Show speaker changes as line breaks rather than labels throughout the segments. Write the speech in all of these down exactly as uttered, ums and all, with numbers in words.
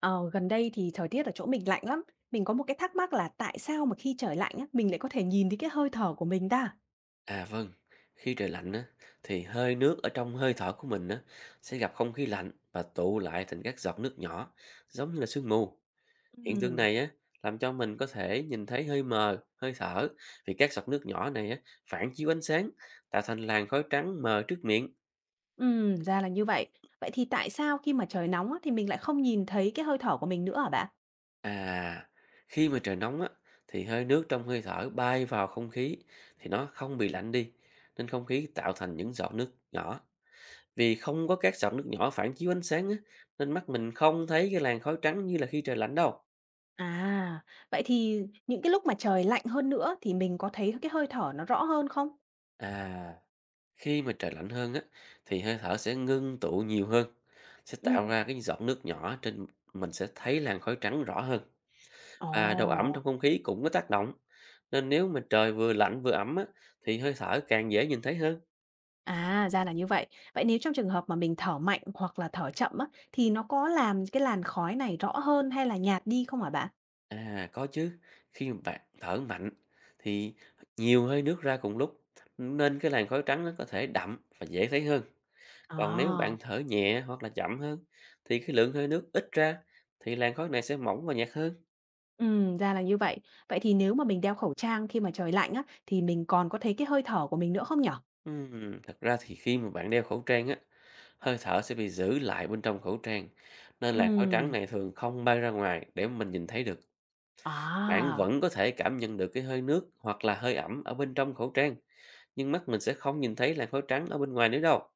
Ờ, Gần đây thì thời tiết ở chỗ mình lạnh lắm. Mình có một cái thắc mắc là tại sao mà khi trời lạnh á, mình lại có thể nhìn thấy cái hơi thở của mình ta?
À vâng, khi trời lạnh á, thì hơi nước ở trong hơi thở của mình á, sẽ gặp không khí lạnh và tụ lại thành các giọt nước nhỏ, giống như là sương mù. Hiện tượng
Ừm,
này á, làm cho mình có thể nhìn thấy hơi mờ, hơi thở, vì các giọt nước nhỏ này á, phản chiếu ánh sáng, tạo thành làn khói trắng mờ trước miệng.
ừm, Ra là như vậy. Vậy thì tại sao khi mà trời nóng á, thì mình lại không nhìn thấy cái hơi thở của mình nữa hả bạn?
À, khi mà trời nóng á, thì hơi nước trong hơi thở bay vào không khí, thì nó không bị lạnh đi, nên không khí tạo thành những giọt nước nhỏ. Vì không có các giọt nước nhỏ phản chiếu ánh sáng á, nên mắt mình không thấy cái làn khói trắng như là khi trời lạnh đâu.
À, vậy thì những cái lúc mà trời lạnh hơn nữa thì mình có thấy cái hơi thở nó rõ hơn không?
À, khi mà trời lạnh hơn á, thì hơi thở sẽ ngưng tụ nhiều hơn, sẽ
Ừ.
tạo ra cái giọt nước nhỏ trên, mình sẽ thấy làn khói trắng rõ hơn. Và độ ẩm
Ồ.
trong không khí cũng có tác động. Nên nếu mà trời vừa lạnh vừa ẩm á, thì hơi thở càng dễ nhìn thấy hơn.
À ra là như vậy. Vậy nếu trong trường hợp mà mình thở mạnh hoặc là thở chậm á, thì nó có làm cái làn khói này rõ hơn hay là nhạt đi không hả bạn?
À, có chứ. Khi mà bạn thở mạnh thì nhiều hơi nước ra cùng lúc, nên cái làn khói trắng nó có thể đậm và dễ thấy hơn. Còn nếu bạn
À.
thở nhẹ hoặc là chậm hơn thì cái lượng hơi nước ít ra, thì làn khói này sẽ mỏng và nhạt hơn.
Ừm, ra là như vậy. Vậy thì nếu mà mình đeo khẩu trang khi mà trời lạnh á, thì mình còn có thấy cái hơi thở của mình nữa không nhở?
Ừm, thật ra thì khi mà bạn đeo khẩu trang á, hơi thở sẽ bị giữ lại bên trong khẩu trang, nên làn khói trắng
Ừm.
này thường không bay ra ngoài để mình nhìn thấy được. Bạn
À.
vẫn có thể cảm nhận được cái hơi nước hoặc là hơi ẩm ở bên trong khẩu trang, nhưng mắt mình sẽ không nhìn thấy làn khói trắng ở bên ngoài nữa đâu.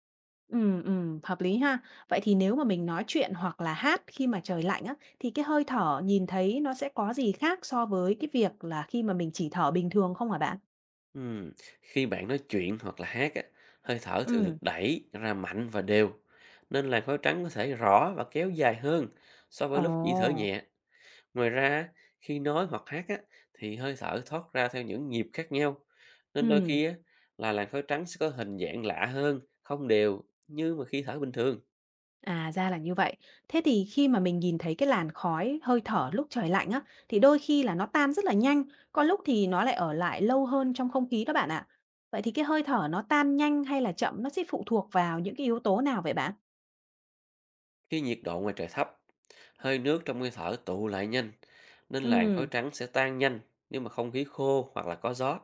ừm, ừm, Hợp lý ha. Vậy thì nếu mà mình nói chuyện hoặc là hát khi mà trời lạnh á, thì cái hơi thở nhìn thấy nó sẽ có gì khác so với cái việc là khi mà mình chỉ thở bình thường không hả bạn?
Ừm, Khi bạn nói chuyện hoặc là hát á, hơi thở thường
Ừm.
được đẩy ra mạnh và đều, nên làn khói trắng có thể rõ và kéo dài hơn so với
Ồ.
lúc chỉ thở nhẹ. Ngoài ra, khi nói hoặc hát á, thì hơi thở thoát ra theo những nhịp khác nhau, nên đôi
Ừm.
khi á, là làn khói trắng sẽ có hình dạng lạ hơn, không đều như mà khi thở bình thường.
À, ra là như vậy. Thế thì khi mà mình nhìn thấy cái làn khói, hơi thở lúc trời lạnh á, thì đôi khi là nó tan rất là nhanh, có lúc thì nó lại ở lại lâu hơn trong không khí đó bạn ạ. Vậy thì cái hơi thở nó tan nhanh hay là chậm nó sẽ phụ thuộc vào những cái yếu tố nào vậy bạn?
Khi nhiệt độ ngoài trời thấp, hơi nước trong hơi thở tụ lại nhanh, nên làn khói
Ừ.
trắng sẽ tan nhanh nếu mà không khí khô hoặc là có gió.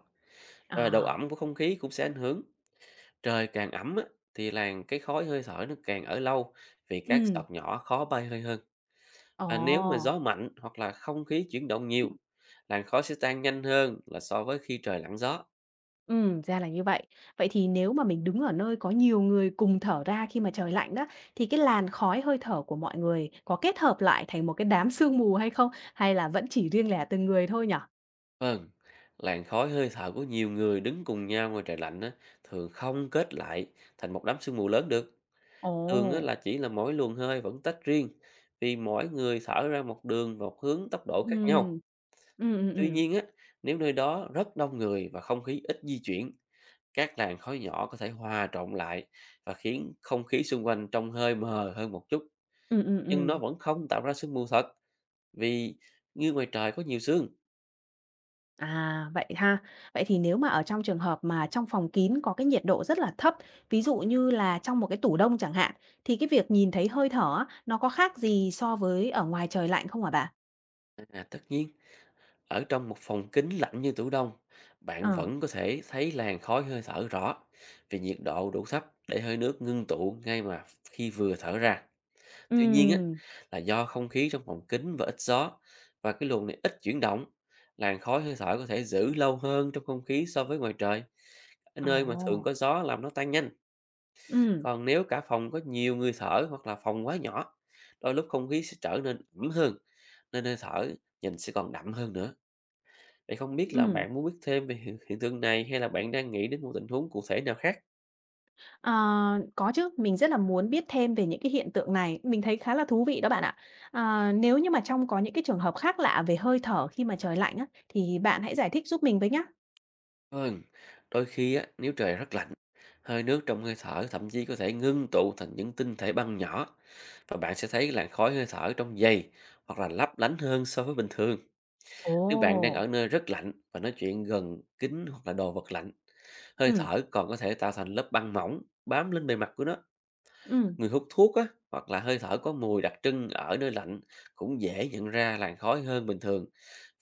Và độ
À.
ẩm của không khí cũng sẽ ảnh hưởng. Trời càng ẩm á, thì làn cái khói hơi thở nó càng ở lâu, vì các
Ừm.
giọt nhỏ khó bay hơi hơn.
Ồ.
Và nếu mà gió mạnh hoặc là không khí chuyển động nhiều, làn khói sẽ tan nhanh hơn là so với khi trời lặng gió.
Ừ, ra là như vậy. Vậy thì nếu mà mình đứng ở nơi có nhiều người cùng thở ra khi mà trời lạnh đó, thì cái làn khói hơi thở của mọi người có kết hợp lại thành một cái đám sương mù hay không? Hay là vẫn chỉ riêng lẻ từng người thôi nhỉ?
Vâng, làn khói hơi thở của nhiều người đứng cùng nhau ngoài trời lạnh á, thường không kết lại thành một đám sương mù lớn được. Thường á,
Ồ.
là chỉ là mỗi luồng hơi vẫn tách riêng, vì mỗi người thở ra một đường và một hướng tốc độ khác nhau.
Ừm. Ừm. Ừm.
Tuy
Ừm.
nhiên á, nếu nơi đó rất đông người và không khí ít di chuyển, các làn khói nhỏ có thể hòa trộn lại và khiến không khí xung quanh trông hơi mờ hơn một chút,
Ừm. Ừm.
nhưng nó
Ừm.
vẫn không tạo ra sương mù thật vì như ngoài trời có nhiều sương.
À, vậy ha. Vậy thì nếu mà ở trong trường hợp mà trong phòng kín có cái nhiệt độ rất là thấp, ví dụ như là trong một cái tủ đông chẳng hạn, thì cái việc nhìn thấy hơi thở á, nó có khác gì so với ở ngoài trời lạnh không hả bà?
À, tất nhiên, ở trong một phòng kính lạnh như tủ đông, bạn
Ờ.
vẫn có thể thấy làn khói hơi thở rõ, vì nhiệt độ đủ thấp để hơi nước ngưng tụ ngay mà khi vừa thở ra. Tuy nhiên á,
Ừm.
là do không khí trong phòng kính và ít gió, và cái luồng này ít chuyển động, làn khói hơi thở có thể giữ lâu hơn trong không khí so với ngoài trời. Cái
Ồ.
nơi mà thường có gió làm nó tan nhanh,
Ừm.
còn nếu cả phòng có nhiều người thở hoặc là phòng quá nhỏ, đôi lúc không khí sẽ trở nên ẩm hơn, nên hơi thở nhìn sẽ còn đậm hơn nữa. Vậy không biết là
Ừm.
bạn muốn biết thêm về hiện, hiện tượng này, hay là bạn đang nghĩ đến một tình huống cụ thể nào khác?
Ờ, có chứ, mình rất là muốn biết thêm về những cái hiện tượng này, mình thấy khá là thú vị đó bạn ạ. À, nếu như mà trong có những cái trường hợp khác lạ về hơi thở khi mà trời lạnh á, thì bạn hãy giải thích giúp mình với nhá.
Vâng, đôi khi á, nếu trời rất lạnh, hơi nước trong hơi thở thậm chí có thể ngưng tụ thành những tinh thể băng nhỏ, và bạn sẽ thấy làn khói hơi thở trong giày hoặc là lấp lánh hơn so với bình thường.
Ồ.
Nếu bạn đang ở nơi rất lạnh và nói chuyện gần kính hoặc là đồ vật lạnh, hơi
Ừm.
thở còn có thể tạo thành lớp băng mỏng bám lên bề mặt của nó.
Ừm.
Người hút thuốc á, hoặc là hơi thở có mùi đặc trưng ở nơi lạnh cũng dễ nhận ra làn khói hơn bình thường,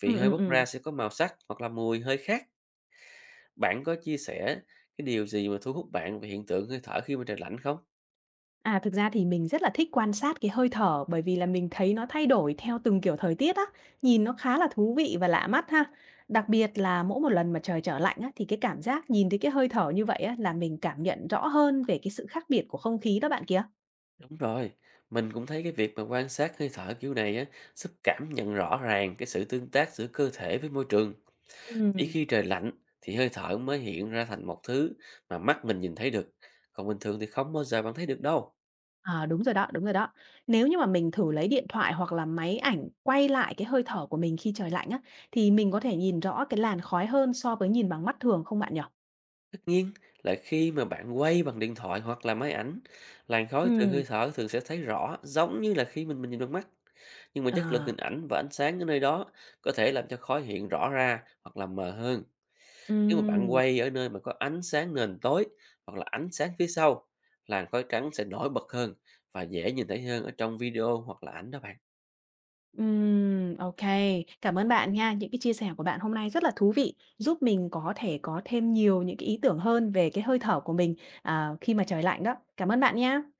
vì
Ừm.
hơi
Ừm.
bốc ra
Ừm.
sẽ có màu sắc hoặc là mùi hơi khác. Bạn có chia sẻ cái điều gì mà thu hút bạn về hiện tượng hơi thở khi mà trời lạnh không?
À, thực ra thì mình rất là thích quan sát cái hơi thở bởi vì là mình thấy nó thay đổi theo từng kiểu thời tiết á, nhìn nó khá là thú vị và lạ mắt ha. Đặc biệt là mỗi một lần mà trời trở lạnh á, thì cái cảm giác nhìn thấy cái hơi thở như vậy á, là mình cảm nhận rõ hơn về cái sự khác biệt của không khí đó bạn kia.
Đúng rồi, mình cũng thấy cái việc mà quan sát hơi thở kiểu này á, giúp cảm nhận rõ ràng cái sự tương tác giữa cơ thể với môi trường. Chỉ
Ừ.
khi trời lạnh thì hơi thở mới hiện ra thành một thứ mà mắt mình nhìn thấy được. Còn bình thường thì không bao giờ bạn thấy được đâu.
À, đúng rồi đó, đúng rồi đó. Nếu như mà mình thử lấy điện thoại hoặc là máy ảnh quay lại cái hơi thở của mình khi trời lạnh á, thì mình có thể nhìn rõ cái làn khói hơn so với nhìn bằng mắt thường không bạn nhỉ?
Tất nhiên là khi mà bạn quay bằng điện thoại hoặc là máy ảnh, làn khói từ hơi
Ừm.
thở thường sẽ thấy rõ giống như là khi mình mình nhìn bằng mắt. Nhưng mà
Ờ.
chất lượng hình ảnh và ánh sáng ở nơi đó có thể làm cho khói hiện rõ ra hoặc là mờ hơn. Nếu mà bạn
Ừm.
quay ở nơi mà có ánh sáng nền tối hoặc là ánh sáng phía sau, làn khói trắng sẽ nổi bật hơn và dễ nhìn thấy hơn ở trong video hoặc là ảnh đó bạn.
Ừm. OK. Cảm ơn bạn nha, những cái chia sẻ của bạn hôm nay rất là thú vị, giúp mình có thể có thêm nhiều những cái ý tưởng hơn về cái hơi thở của mình, à, khi mà trời lạnh đó. Cảm ơn bạn nha.